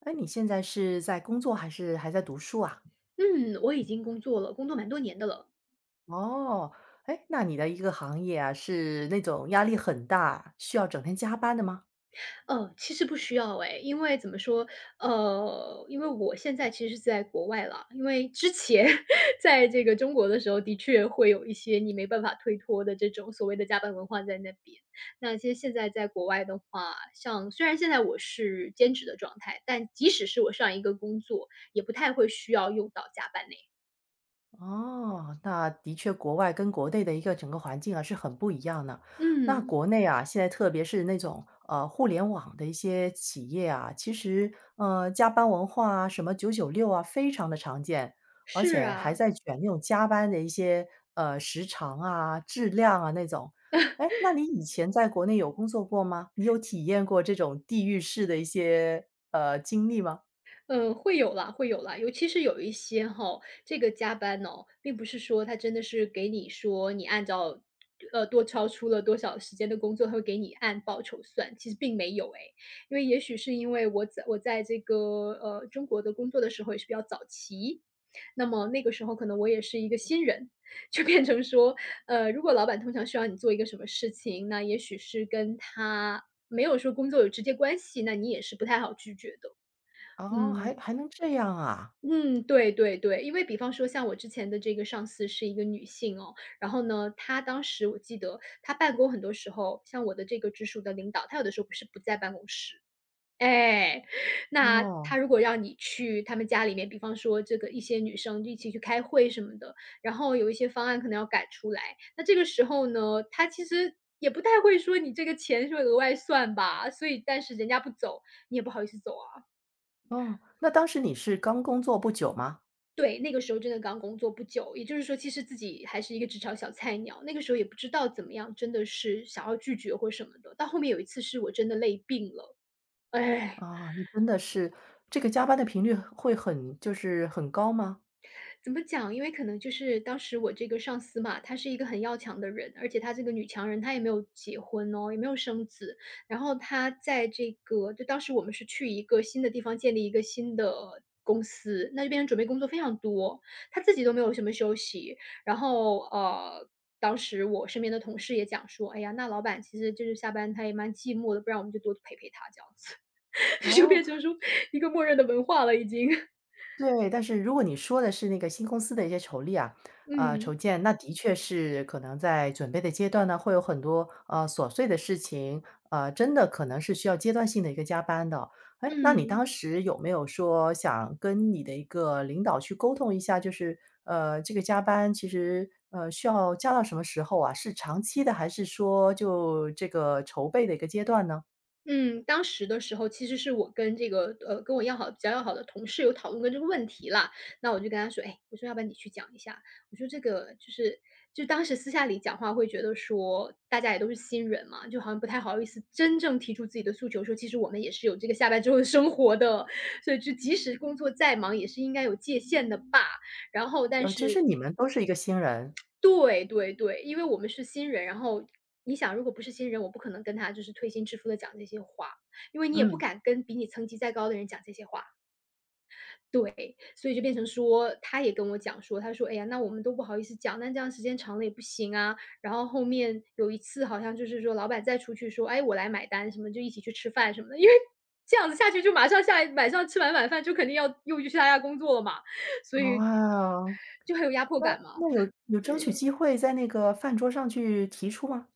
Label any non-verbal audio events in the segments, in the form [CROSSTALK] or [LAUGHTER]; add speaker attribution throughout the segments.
Speaker 1: 哎，你现在是在工作还是还在读书啊？
Speaker 2: 嗯，我已经工作了，工作蛮多年的了。
Speaker 1: 哦，哎，那你的一个行业啊，是那种压力很大，需要整天加班的吗？
Speaker 2: 其实不需要诶，因为怎么说，因为我现在其实是在国外啦，因为之前 [LAUGHS] 在这个中国的时候，的确会有一些你没办法推脱的这种所谓的加班文化在那边。那其实现在在国外的话，像虽然现在我是兼职的状态，但即使是我上一个工作，也不太会需要用到加班呢。
Speaker 1: 哦，那的确国外跟国内的一个整个环境啊，是很不一样的。那
Speaker 2: 嗯，
Speaker 1: 国内啊，现在特别是那种，互联网的一些企业啊，其实，加班文化啊，什么996啊，非常的常见，而
Speaker 2: 是
Speaker 1: 且还
Speaker 2: 啊，
Speaker 1: 在卷那种加班的一些，时长啊、质量啊那种。哎，那你以前在国内有工作过吗？你有体验过这种地狱式的一些，经历吗？
Speaker 2: 嗯，会有啦，会有啦，尤其是有一些哈，这个加班哦，并不是说他真的是给你说你按照多超出了多少时间的工作，他会给你按报酬算，其实并没有诶，因为也许是因为我在这个中国的工作的时候也是比较早期，那么那个时候可能我也是一个新人，[LAUGHS] 就变成说，如果老板通常需要你做一个什么事情，那也许是跟他没有说工作有直接关系，那你也是不太好拒绝的。
Speaker 1: 哦，还
Speaker 2: 嗯，
Speaker 1: 还能这样啊，
Speaker 2: 嗯，对对对，因为比方说像我之前的这个上司是一个女性哦，然后呢，她当时我记得她办公很多时候，像我的这个直属的领导，她有的时候不是不在办公室，哎，那她
Speaker 1: 哦。
Speaker 2: 如果让你去他们家里面，比方说这个一些女生一起去开会什么的，然后有一些方案可能要改出来，那这个时候呢，她也不太会说你这个钱是额外算吧，所以但是人家不走，你也不好意思走啊。
Speaker 1: 哦，那当时你是刚工作不久吗？
Speaker 2: 对，那个时候真的刚工作不久，也就是说其实自己还是一个职场小菜鸟，那个时候也不知道怎么样，真的是想要拒绝或什么的。到后面有一次是我真的累病了，哎。
Speaker 1: 啊，那真的是这个加班的频率会很就是很高吗？
Speaker 2: 怎么讲？因为可能就是当时我这个上司嘛，她是一个很要强的人，而且她这个女强人，她也没有结婚哦，也没有生子。然后她在这个就当时我们是去一个新的地方建立一个新的公司，那这边准备工作非常多，她自己都没有什么休息。然后当时我身边的同事也讲说，哎呀，那老板其实就是下班他也蛮寂寞的，不然我们就多陪陪他这样子，[LAUGHS] 就
Speaker 1: 哦，
Speaker 2: 变成说一个默认的文化了已经。
Speaker 1: 对，但是如果你说的是那个新公司的一些筹立啊，
Speaker 2: [LAUGHS]
Speaker 1: 筹
Speaker 2: 嗯
Speaker 1: 建，那的确是可能在准备的阶段呢，会有很多琐碎的事情，真的可能是需要阶段性的一个加班的。哎，那你
Speaker 2: 嗯。
Speaker 1: 当时有没有说想跟你的一个领导去沟通一下，就是这个加班其实需要加到什么时候啊？是长期的，还是说就这个筹备的一个阶段呢？
Speaker 2: 嗯，当时的时候其实是我跟这个,跟我比较要好的同事有讨论过这个问题啦。那我就跟他说："哎，我说要不然你去讲一下。"我说："这个就是就当时私下里讲话会觉得说，大家也都是新人嘛，就好像不太好意思真正提出自己的诉求，说其实我们也是有这个下班之后的生活的，所以就即使工作再忙，也是应该有界限的吧。"然后但
Speaker 1: 就是
Speaker 2: 是
Speaker 1: 你们都是一个新人，
Speaker 2: 对对对，因为我们是新人，然后你想，如果不是新人，我不可能跟他就是推心置腹的讲这些话，因为你也不
Speaker 1: 嗯，
Speaker 2: 敢跟比你层级再高的人讲这些话。对，所以就变成说，他也跟我讲说，他说："哎呀，那我们都不好意思讲，那这样时间长了也不行啊。"然后后面有一次好像就是说，老板再出去说："哎，我来买单什么，就一起去吃饭什么的。"因为这样子下去就马上下晚上吃完晚饭就肯定要又去下一家工作了嘛，
Speaker 1: 哦。
Speaker 2: 就很有压迫
Speaker 1: 那
Speaker 2: 感嘛。
Speaker 1: 那有争取机会在那个饭桌上去提出吗？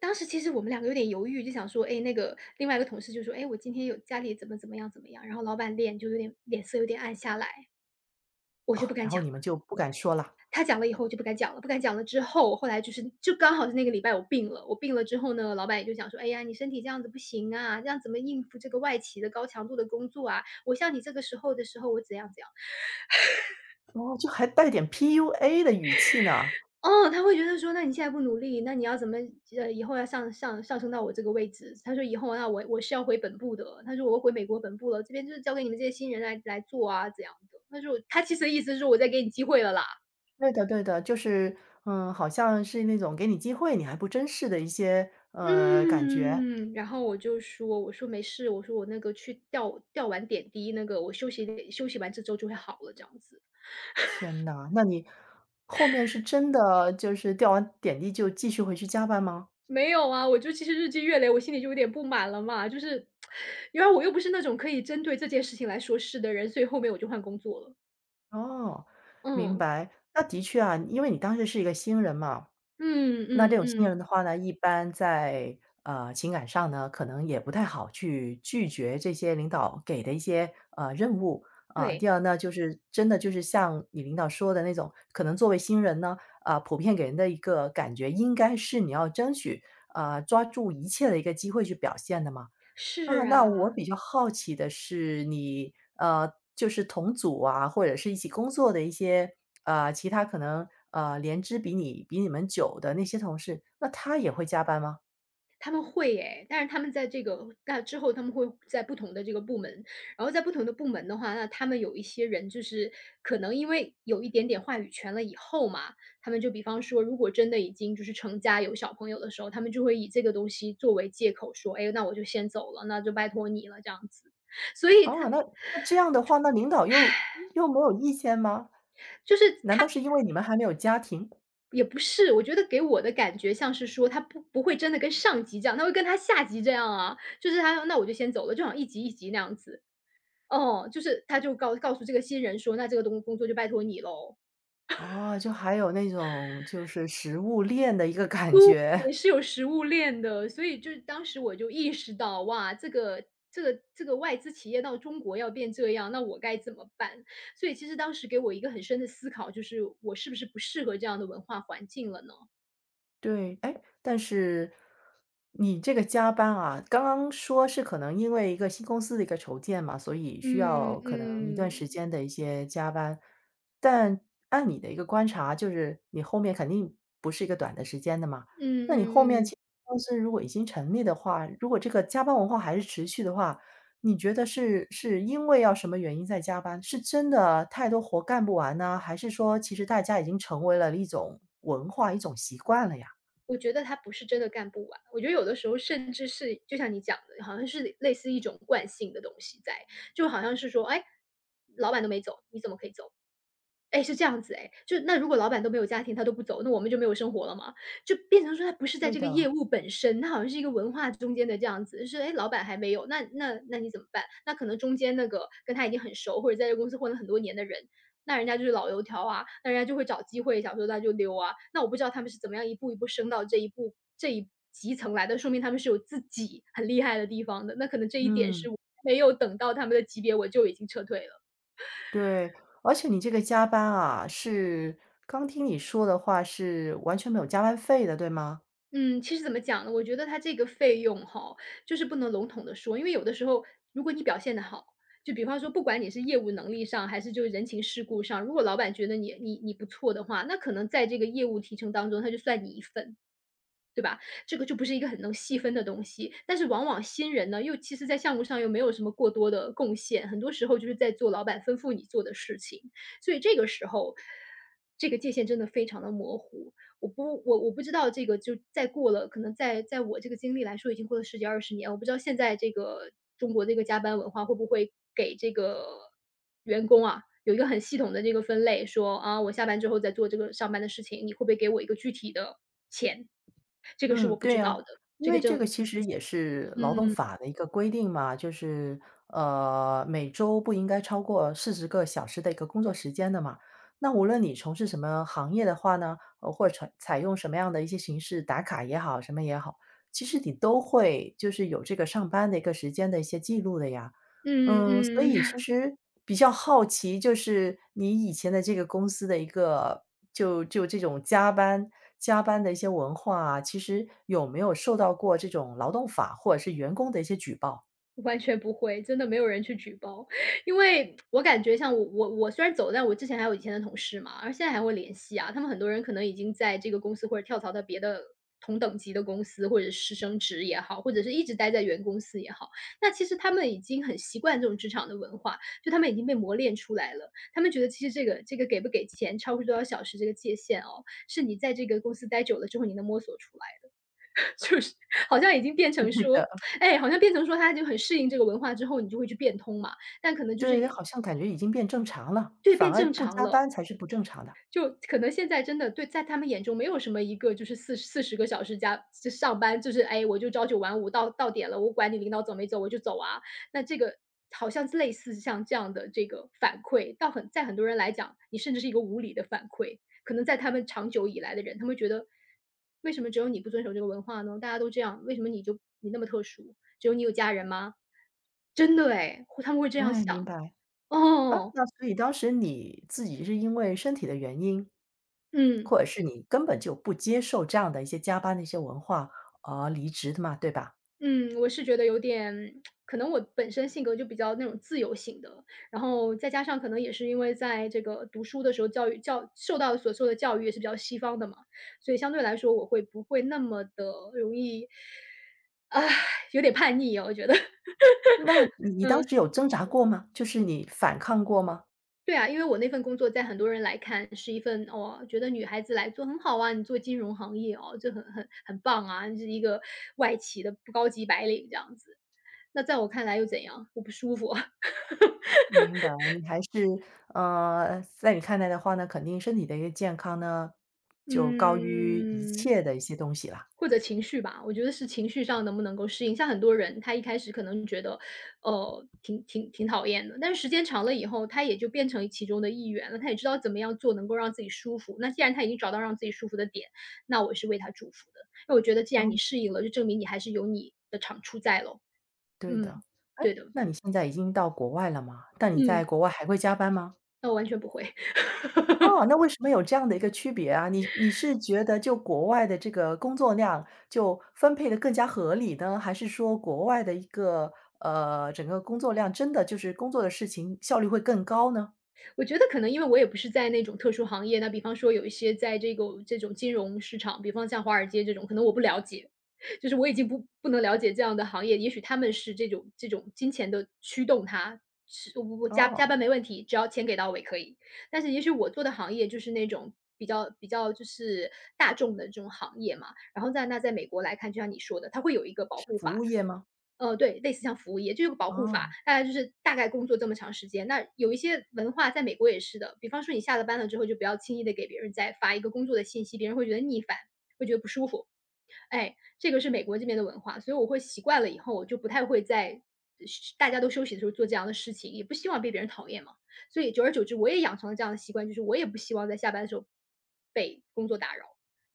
Speaker 2: 当时其实我们两个有点犹豫，就想说，哎，那个另外一个同事就说，哎，我今天有家里怎么怎么样怎么样，然后老板脸就有点脸色有点暗下来，我
Speaker 1: 哦，
Speaker 2: 就不敢
Speaker 1: 然后
Speaker 2: 讲。
Speaker 1: 你们就不敢说了，
Speaker 2: 他讲了以后，我就不敢讲了，不敢讲了之后，后来就是就刚好是那个礼拜我病了，我病了之后呢，老板也就讲说，哎呀，你身体这样子不行啊，这样怎么应付这个外企的高强度的工作啊？我像你这个时候，我怎样怎样。
Speaker 1: 哦，就还带点 PUA 的语气呢。
Speaker 2: 哦，他会觉得说："那你现在不努力，那你要怎么以后要上升到我这个位置？"他说："以后那我是要回本部的。"他说："我会回美国本部了，这边就是交给你们这些新人来做啊，怎样的。"他说："他其实的意思是我在给你机会了啦。"
Speaker 1: 对的对的，就是，嗯，好像是那种给你机会，你还不珍视的一些，感觉。
Speaker 2: 嗯，然后我就说："我说没事，我说我那个去吊完点滴，那个我休息完这周就会好了，这样子。"
Speaker 1: 天呐，那你后面是真的就是掉完点滴就继续回去加班吗？
Speaker 2: 没有啊，我就其实日积月累，我心里就有点不满了嘛，就是 [TSK]，因为我又不是那种可以针对这件事情来说事的人，所以后面我就换工作了。
Speaker 1: 哦，明
Speaker 2: 嗯，
Speaker 1: 白。那的确啊，因为你当时是一个新人嘛。
Speaker 2: 嗯
Speaker 1: 那这
Speaker 2: 嗯
Speaker 1: 种新
Speaker 2: 嗯，
Speaker 1: 人的话呢，一般在情感上呢，可能也不太好去拒绝这些领导给的一些任务啊、
Speaker 2: 对，
Speaker 1: 第二呢，就是真的就是像你领导说的那种，可能作为新人呢，啊、普遍给人的一个感觉应该是你要争取啊、抓住一切的一个机会去表现的嘛。啊，
Speaker 2: 是
Speaker 1: 那我
Speaker 2: 啊，
Speaker 1: 比较好奇的是你，就是同组啊，或者是一起工作的一些，啊，其他可能，连资比你们久的那些同事，那他也会加班吗？
Speaker 2: 他们会哎，但是他们在这个那之后，他们会在不同的这个部门，然后在不同的部门的话，那他们有一些人就是可能因为有一点点话语权了以后嘛，他们就比方说，如果真的已经就是成家有小朋友的时候，他们就会以这个东西作为借口说，哎，那我就先走了，那就拜托你了这样子。所以
Speaker 1: 哦，
Speaker 2: 他
Speaker 1: 那这样的话，那领导又没有意见吗？
Speaker 2: 就是
Speaker 1: 难
Speaker 2: 他
Speaker 1: 道是因为你们还没有家庭？
Speaker 2: 也不是，我觉得给我的感觉像是说他不会真的跟上级这样，他会跟他下级这样啊，就是他那我就先走了，就好像一级一级那样子。哦，就是他就告诉这个新人说，那这个东工作就拜托你喽。
Speaker 1: 哦，就还有那种就是食物链的一个感
Speaker 2: 对，
Speaker 1: 觉。
Speaker 2: 是有食物链的，所以就是当时我就意识到，哇，这个外资企业到中国要变这样，那我该怎么办？所以其实当时给我一个很深的思考，就是我是不是不适合这样的文化环境了呢？
Speaker 1: 对，哎，但是你这个加班啊，刚刚说是可能因为一个新公司的一个筹建嘛，所以需
Speaker 2: 嗯
Speaker 1: 要可能一段时
Speaker 2: 嗯
Speaker 1: 间的一些加班。但按你的一个观察，就是你后面肯定不是一个短的时间的嘛。
Speaker 2: 嗯
Speaker 1: 那你后面
Speaker 2: 嗯
Speaker 1: 其
Speaker 2: 嗯。
Speaker 1: 实公司如果已经成立的话，如果这个加班文化还是持续的话，你觉得是因为要什么原因在加班？是真的太多活干不完呢，还是说其实大家已经成为了一种文化、一种习惯了呀？
Speaker 2: 我觉得他不是真的干不完，我觉得有的时候甚至是就像你讲的，好像是类似一种惯性的东西在，就好像是说，哎，老板都没走，你怎么可以走？哎，是这样子哎，就那如果老板都没有家庭，他都不走，那我们就没有生活了嘛？就变成说他不是在
Speaker 1: 对
Speaker 2: 这个
Speaker 1: 的，
Speaker 2: 业务本身，他好像是一个文化中间的这样子，就是哎，老板还没有，那那你怎么办？那可能中间那个跟他已经很熟，或者在这个公司混了很多年的人，那人家就是老油条啊，那人家就会找机会想说那就溜啊。那我不知道他们是怎么样一步一步升到这一级层来的，说明他们是有自己很厉害的地方的。那可能这一点
Speaker 1: 嗯，
Speaker 2: 是我没有等到他们的级别，我就已经撤退了。
Speaker 1: 对，而且你这个加班啊，是刚听你说的话是完全没有加班费的，对吗？
Speaker 2: 嗯，其实怎么讲呢？我觉得它这个费用哈，就是不能笼统的说，因为有的时候如果你表现的好，就比方说不管你是业务能力上还是就是人情世故上，如果老板觉得你不错的话，那可能在这个业务提成当中，他就算你一份。对吧？这个就不是一个很能细分的东西。但是往往新人呢，又其实在项目上又没有什么过多的贡献，很多时候就是在做老板吩咐你做的事情，所以这个时候，这个界限真的非常的模糊。我不知道这个就再过了，可能在我这个经历来说，已经过了十几二十年，我不知道现在这个中国这个加班文化会不会给这个员工啊，有一个很系统的这个分类，说，啊，我下班之后再做这个上班的事情，你会不会给我一个具体的钱？这个是
Speaker 1: 嗯，
Speaker 2: 我不
Speaker 1: 对
Speaker 2: 知
Speaker 1: 呀，
Speaker 2: 道的，
Speaker 1: 因
Speaker 2: 这个
Speaker 1: 为
Speaker 2: 这
Speaker 1: 这个
Speaker 2: 种不
Speaker 1: 其
Speaker 2: 不
Speaker 1: 实
Speaker 2: 清
Speaker 1: 也是劳动
Speaker 2: 嗯，
Speaker 1: 法的一个规定嘛，就是每周不应该超过40个小时的一个工作时间的嘛。那无论你从事什么行业的话呢，或者采用什么样的一些形式打卡也好，什么也好，其实你都会就是有这个上班的一个时间的一些记录的呀。
Speaker 2: 嗯
Speaker 1: 嗯，所以
Speaker 2: 嗯。
Speaker 1: 其实比较好奇，就是你以前的这个公司的一个就这种加班的一些文化啊，其实有没有受到过这种劳动法或者是员工的一些举报？
Speaker 2: 完全不会，真的没有人去举报。[LAUGHS] 因为我感觉像我虽然走了，但我之前还有以前的同事嘛，而现在还会联系啊。他们很多人可能已经在这个公司或者跳槽到别的同等级的公司，或者是升职也好，或者是一直待在原公司也好。那其实他们已经很习惯这种职场的文化，就他们已经被磨练出来了。他们觉得其实这个给不给钱，超过多少小时这个界限哦，是你在这个公司待久了之后你能摸索出来。[LAUGHS] 好像已经变成
Speaker 1: [LAUGHS] 对的，
Speaker 2: 说，哎，好像变成说他就很适应这个文化之后，你就会去变通嘛，但可能就是
Speaker 1: 对，好像感觉已经变正常了，
Speaker 2: 对，
Speaker 1: 反
Speaker 2: 变
Speaker 1: 而
Speaker 2: 正
Speaker 1: 不
Speaker 2: 常
Speaker 1: 加
Speaker 2: 了。
Speaker 1: 班才是不正常的。
Speaker 2: 就可能现在真的对在他们眼中没有什么一个就是四十个小时加就上班，就是哎，我就朝九晚五到到点了，我管你领导走没走，我就走啊。那这个好像类似像这样的这个反馈，到很在很多人来讲，你甚至是一个无理的反馈。可能在他们长久以来的人，他们觉得为什么只有你不遵守这个文化呢？大家都这样，为什么你就你那么特殊？只有你有家人吗？真的哎，会他们会这样
Speaker 1: 哎，明
Speaker 2: 想。
Speaker 1: 白。啊，
Speaker 2: 哦，
Speaker 1: 那所以当时你自己是因为身体的原因，
Speaker 2: 嗯。
Speaker 1: 或者是你根本就不接受这样的一些加班的一些文化而离职的嘛，对吧？
Speaker 2: 嗯，我是觉得有点可能我本身性格就比较那种自由型的，然后再加上可能也是因为在这个读书的时候，教育教受到所受的教育也是比较西方的嘛，所以相对来说我会不会那么的容易啊，有点叛逆啊，我觉得。[LAUGHS]
Speaker 1: 那你当时
Speaker 2: 嗯，
Speaker 1: 有挣扎过吗？就是你反抗过吗？
Speaker 2: 对啊，因为我那份工作在很多人来看是一份，哦，觉得女孩子来做很好啊，你做金融行业哦，这很很棒啊，你是一个外企的不高级白领这样子。那在我看来又怎样？我不舒服。
Speaker 1: 明白，你还是在你看来的话呢，肯定身体的一个健康呢，就高于一
Speaker 2: 嗯，
Speaker 1: 切的一些东西啦。
Speaker 2: 或者情绪吧，我觉得是情绪上能不能够适应。像很多人，他一开始可能觉得，挺讨厌的，但是时间长了以后，他也就变成其中的一员了，他也知道怎么样做能够让自己舒服。那既然他已经找到让自己舒服的点，那我是为他祝福的。那我觉得既然
Speaker 1: 哦，
Speaker 2: 你适应了，就证明你还是有你的长处在喽。
Speaker 1: 对的。
Speaker 2: 嗯，
Speaker 1: 哎，
Speaker 2: 对的，
Speaker 1: 那你现在已经到国外了吗？但你
Speaker 2: 嗯，
Speaker 1: 在国外还会加班吗？
Speaker 2: 那我完全不会。
Speaker 1: 哦，那为什么有这样的一个区别啊？你是觉得就国外的这个工作量就分配的更加合理呢？还是说国外的一个，整个工作量真的就是工作的事情效率会更高呢？
Speaker 2: 我觉得可能因为我也不是在那种特殊行业，那比方说有一些在这个金融市场，比方像华尔街这种，可能我不了解，就是我已经不能了解这样的行业。也许他们是这种金钱的驱动他是我加
Speaker 1: 哦，
Speaker 2: 班没问题，只要钱给到位可以。但是也许我做的行业就是那种比较就是大众的这种行业嘛，然后在美国来看，就像你说的，它会有一个保
Speaker 1: 是
Speaker 2: 护
Speaker 1: 服
Speaker 2: 法，
Speaker 1: 务业吗？
Speaker 2: 对，类似像服务业，就有个保护
Speaker 1: 哦，
Speaker 2: 法，大概就是大概工作这么长时间。那有一些文化在美国也是的，比方说你下了班了之后，就不要轻易的给别人再发一个工作的信息，别人会觉得逆反，会觉得不舒服。哎，这个是美国这边的文化，所以我会习惯了以后，我就不太会在是大家都休息的时候做这样的事情，也不希望被别人讨厌嘛。所以久而久之，我也养成了这样的习惯，就是我也不希望在下班的时候被工作打扰。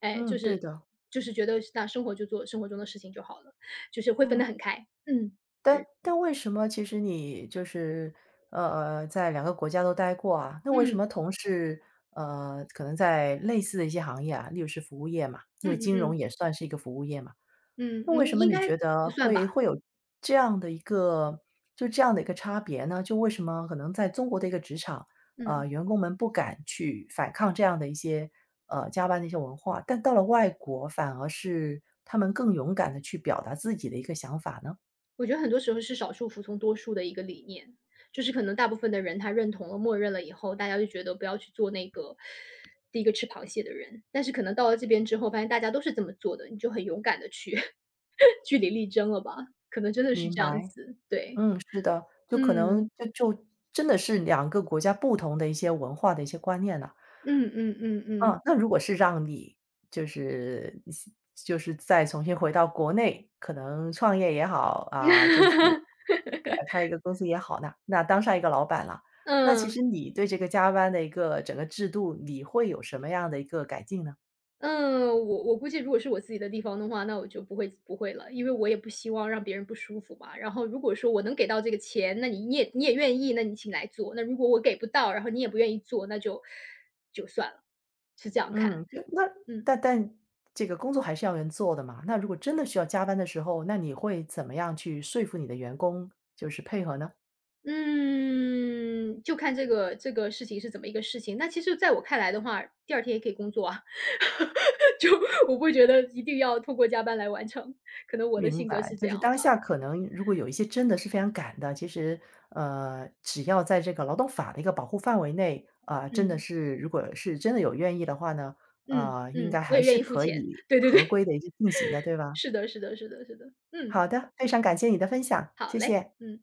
Speaker 2: 哎，就
Speaker 1: 嗯，对
Speaker 2: 是
Speaker 1: 的，
Speaker 2: 就是觉得那生活就做生活中的事情就好了，就是会分得
Speaker 1: 嗯。
Speaker 2: 很开。嗯，
Speaker 1: 但
Speaker 2: 嗯，
Speaker 1: 但为什么其实你就是，在两个国家都待过啊，那为什
Speaker 2: 嗯，
Speaker 1: 么同事，可能在类似的一些行业啊，例如是服务业嘛，因
Speaker 2: 嗯
Speaker 1: 为
Speaker 2: 嗯
Speaker 1: 金融
Speaker 2: 嗯，
Speaker 1: 也算是一个服务业嘛。
Speaker 2: 嗯，
Speaker 1: 那为
Speaker 2: 嗯
Speaker 1: 什么
Speaker 2: 应
Speaker 1: 你
Speaker 2: 该
Speaker 1: 觉
Speaker 2: 不
Speaker 1: 得
Speaker 2: 算吧，
Speaker 1: 会有这样的一个就这样的一个差别呢？就为什么可能在中国的一个职场，
Speaker 2: 嗯。
Speaker 1: 员工们不敢去反抗这样的一些，加班的一些文化，但到了外国反而是他们更勇敢的去表达自己的一个想法呢？
Speaker 2: 我觉得很多时候是少数服从多数的一个理念，就是可能大部分的人他认同了、默认了以后，大家就觉得不要去做那个第一个吃螃蟹的人。但是可能到了这边之后，发现大家都是这么做的，你就很勇敢的去 [LAUGHS] 据理力争了吧？可能真的是
Speaker 1: 明
Speaker 2: 这样
Speaker 1: 白，
Speaker 2: 子，对，
Speaker 1: 嗯，是的，就可能
Speaker 2: 嗯，
Speaker 1: 就真的是两个国家不同的一些文化的一些观念呢
Speaker 2: 嗯嗯嗯
Speaker 1: 嗯，
Speaker 2: 嗯
Speaker 1: 那如果是让你就是就是再重新回到国内，可能创业也好啊，就开一个公司也好呢，那当上一个老板了，
Speaker 2: [LAUGHS]，
Speaker 1: 那其
Speaker 2: 嗯。
Speaker 1: 实你对这个加班的一个整个制度，你会有什么样的一个改进呢？
Speaker 2: 嗯，我我估计如果是我自己的地方的话，那我就不会了，因为我也不希望让别人不舒服嘛。然后如果说我能给到这个钱，那你也也愿意，那你请来做。那如果我给不到，然后你也不愿意做，那就就算了，是这样看。
Speaker 1: 嗯，就那
Speaker 2: 嗯
Speaker 1: 但这个工作还是要人做的嘛，那如果真的需要加班的时候，那你会怎么样去说服你的员工，就是配合呢？
Speaker 2: 嗯，就看这个事情是怎么一个事情。那其实在我看来的话，第二天也可以工作啊，[LAUGHS] 就我不觉得一定要通过加班来完成，可能我的
Speaker 1: 明
Speaker 2: 性格
Speaker 1: 白，
Speaker 2: 是这
Speaker 1: 就是
Speaker 2: 样
Speaker 1: 当
Speaker 2: 吧。
Speaker 1: 下可能如果有一些真的是非常赶的，其实只要在这个劳动法的一个保护范围内，啊、真的
Speaker 2: 嗯
Speaker 1: 是如果是真的有愿意的话呢，
Speaker 2: 嗯
Speaker 1: 啊，应该
Speaker 2: 嗯，我
Speaker 1: 还
Speaker 2: 也愿
Speaker 1: 是
Speaker 2: 意付
Speaker 1: 可
Speaker 2: 钱，
Speaker 1: 以
Speaker 2: 对对对。
Speaker 1: 合规的一个进行的，对吧？
Speaker 2: 是的是的是的是的，嗯，
Speaker 1: 好的，非常感谢你的分享，
Speaker 2: 好
Speaker 1: 谢
Speaker 2: 嘞，
Speaker 1: 谢。
Speaker 2: 嗯。